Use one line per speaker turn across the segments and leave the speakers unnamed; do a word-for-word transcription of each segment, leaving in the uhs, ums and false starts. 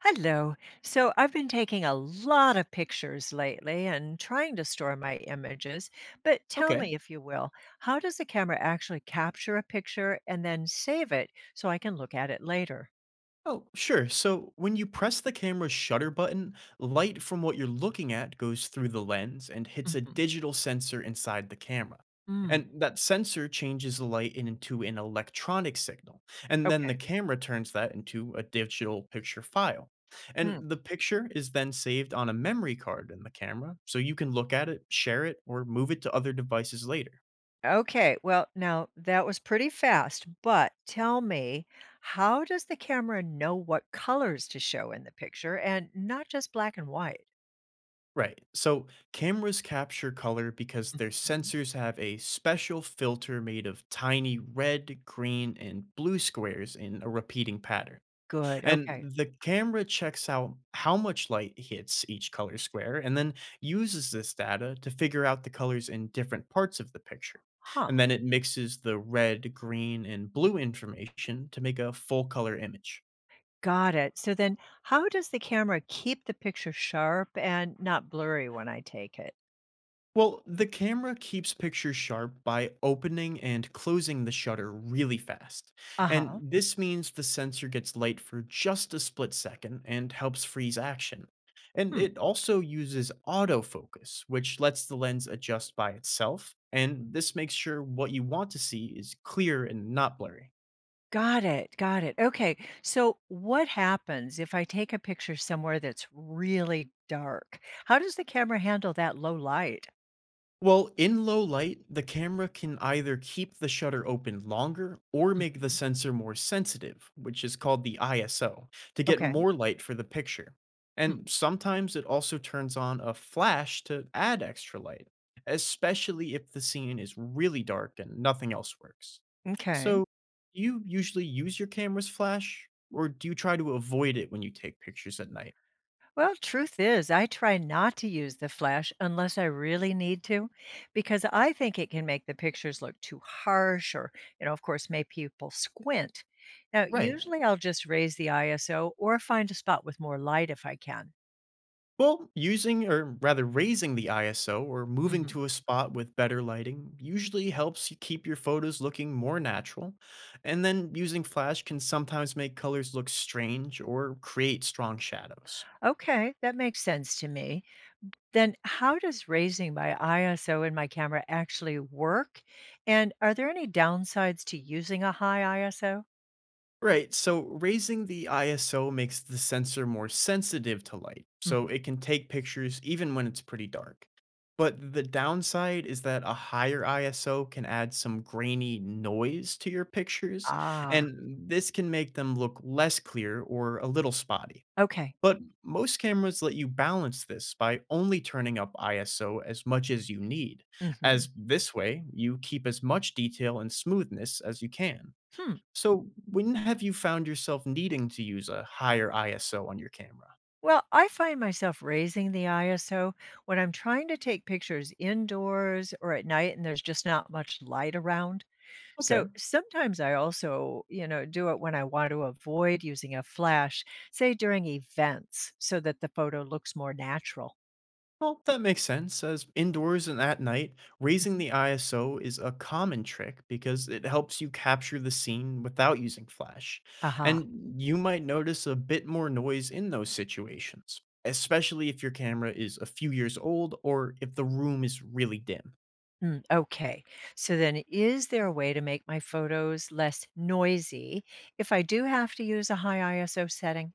Hello. So I've been taking a lot of pictures lately and trying to store my images. But tell me,
Okay.
if you will, how does the camera actually capture a picture and then save it so I can look at it later?
Oh, sure. So when you press the camera's shutter button, light from what you're looking at goes through the lens and hits a
Hmm.
digital sensor inside the camera.
Mm.
And that sensor changes the light into an electronic signal. And then the
Okay.
camera turns that into a digital picture file.
Mm.
And the picture is then saved on a memory card in the camera, so you can look at it, share it, or move it to other devices later.
Okay. Well, now that was pretty fast, but tell me, how does the camera know what colors to show in the picture and not just black and white?
Right. So cameras capture color because their
Mhm.
sensors have a special filter made of tiny red, green, and blue squares in a repeating pattern.
Good.
And
Okay.
the camera checks out how much light hits each color square and then uses this data to figure out the colors in different parts of the picture.
Huh.
And then it mixes the red, green, and blue information to make a full color image.
Got it. So then how does the camera keep the picture sharp and not blurry when I take it?
Well, the camera keeps pictures sharp by opening and closing the shutter really fast. And
Uh-huh.
this means the sensor gets light for just a split second and helps freeze action. And
Hmm.
it also uses autofocus, which lets the lens adjust by itself. And this makes sure what you want to see is clear and not blurry.
Got it. Got it. Okay. So what happens if I take a picture somewhere that's really dark? How does the camera handle that low light?
Well, in low light, the camera can either keep the shutter open longer or make the
Mhm.
sensor more sensitive, which is called the ISO, to get
Okay.
more light for the picture.
Hmm.
And sometimes it also turns on a flash to add extra light, especially if the scene is really dark and nothing else works.
Okay.
So, do you usually use your camera's flash, or do you try to avoid it when you take pictures at night?
Well, truth is, I try not to use the flash unless I really need to because I think it can make the pictures look too harsh or, you know, of course, make people squint. Now,
Right.
usually I'll just raise the I S O or find a spot with more light if I can.
Well, using or rather raising the ISO or moving
Hmm.
to a spot with better lighting usually helps you keep your photos looking more natural. And then using flash can sometimes make colors look strange or create strong shadows.
Okay, that makes sense to me. Then, how does raising my I S O in my camera actually work? And are there any downsides to using a high I S O?
Right, so raising the ISO makes the sensor more sensitive to light, so
Hmm.
it can take pictures even when it's pretty dark. But the downside is that a higher ISO can add some grainy noise to your pictures,
Ah,
and this can make them look less clear or a little spotty.
okay.
But most cameras let you balance this by only turning up ISO as much as you need,
Hmm.
as this way you keep as much detail and smoothness as you can.
Hmm.
So, when have you found yourself needing to use a higher ISO on your camera?
Well, I find myself raising the I S O when I'm trying to take pictures indoors or at night and there's just not much light around. So
Okay,
sometimes I also, you know, do it when I want to avoid using a flash, say during events, so that the photo looks more natural.
well, that makes sense, as indoors and at night, raising
Mhm.
the ISO is a common trick because it helps you capture the scene without using flash.
Aha.
And you might notice a bit more noise in those situations, especially if your camera is a few years old or if the room is really dim.
Mm, okay. So then, is there a way to make my photos less noisy if I do have to use a high I S O setting?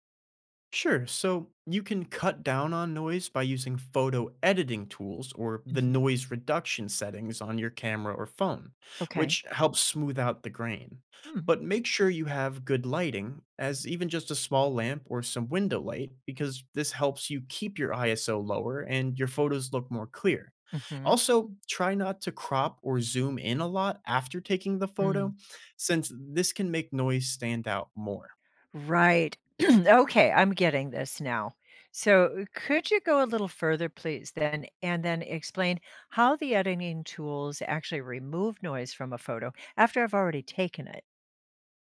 Sure. So you can cut down on noise by using photo editing tools or the
Mhm.
noise reduction settings on your camera or phone,
Okay.
which helps smooth out the grain.
Mm.
But make sure you have good lighting, as even just a small lamp or some window light, because this helps you keep your ISO lower and your photos look more clear.
Hmm. Mm-hmm.
Also, try not to crop or zoom in a lot after taking the
Mm.
photo, since this can make noise stand out more.
Right. Okay, I'm getting this now. So, could you go a little further, please, then, and then explain how the editing tools actually remove noise from a photo after I've already taken it?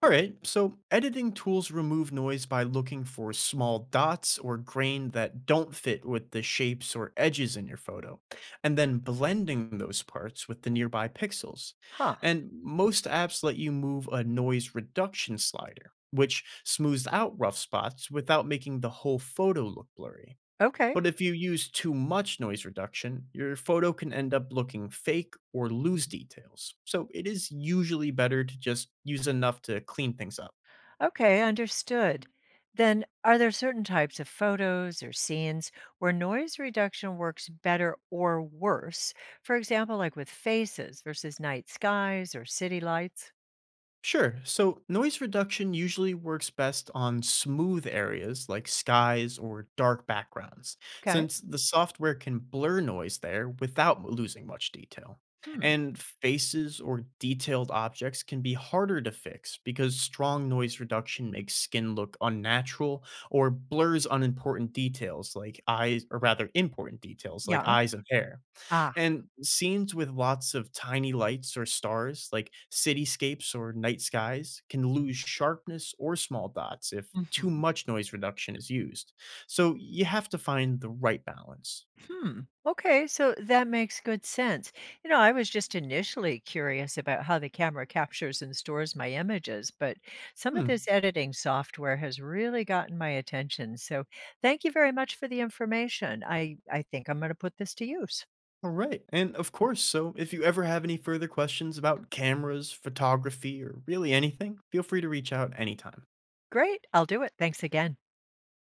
All right, so editing tools remove noise by looking for small dots or grain that don't fit with the shapes or edges in your photo, and then blending those parts with the nearby pixels.
Huh.
And most apps let you move a noise reduction slider, which smooths out rough spots without making the whole photo look blurry.
Okay.
But if you use too much noise reduction, your photo can end up looking fake or lose details. So it is usually better to just use enough to clean things up.
Okay, understood. Then, are there certain types of photos or scenes where noise reduction works better or worse? For example, like with faces versus night skies or city lights?
Sure. So noise reduction usually works best on smooth areas like skies or dark backgrounds,
Okay.
since the software can blur noise there without m- losing much detail.
Hmm.
And faces or detailed objects can be harder to fix because strong noise reduction makes skin look unnatural or blurs unimportant details like eyes, or rather important details like
Yeah.
eyes and hair.
Ah.
And scenes with lots of tiny lights or stars, like cityscapes or night skies, can lose sharpness or small dots if too
Mm-hmm.
much noise reduction is used. So you have to find the right balance.
Hmm. Okay, so that makes good sense. You know, I was just initially curious about how the camera captures and stores my images, but some of this
Hmm.
editing software has really gotten my attention. So, thank you very much for the information. I I think I'm going to put this to use.
All right. And of course, so if you ever have any further questions about cameras, photography, or really anything, feel free to reach out anytime.
Great. I'll do it. Thanks again.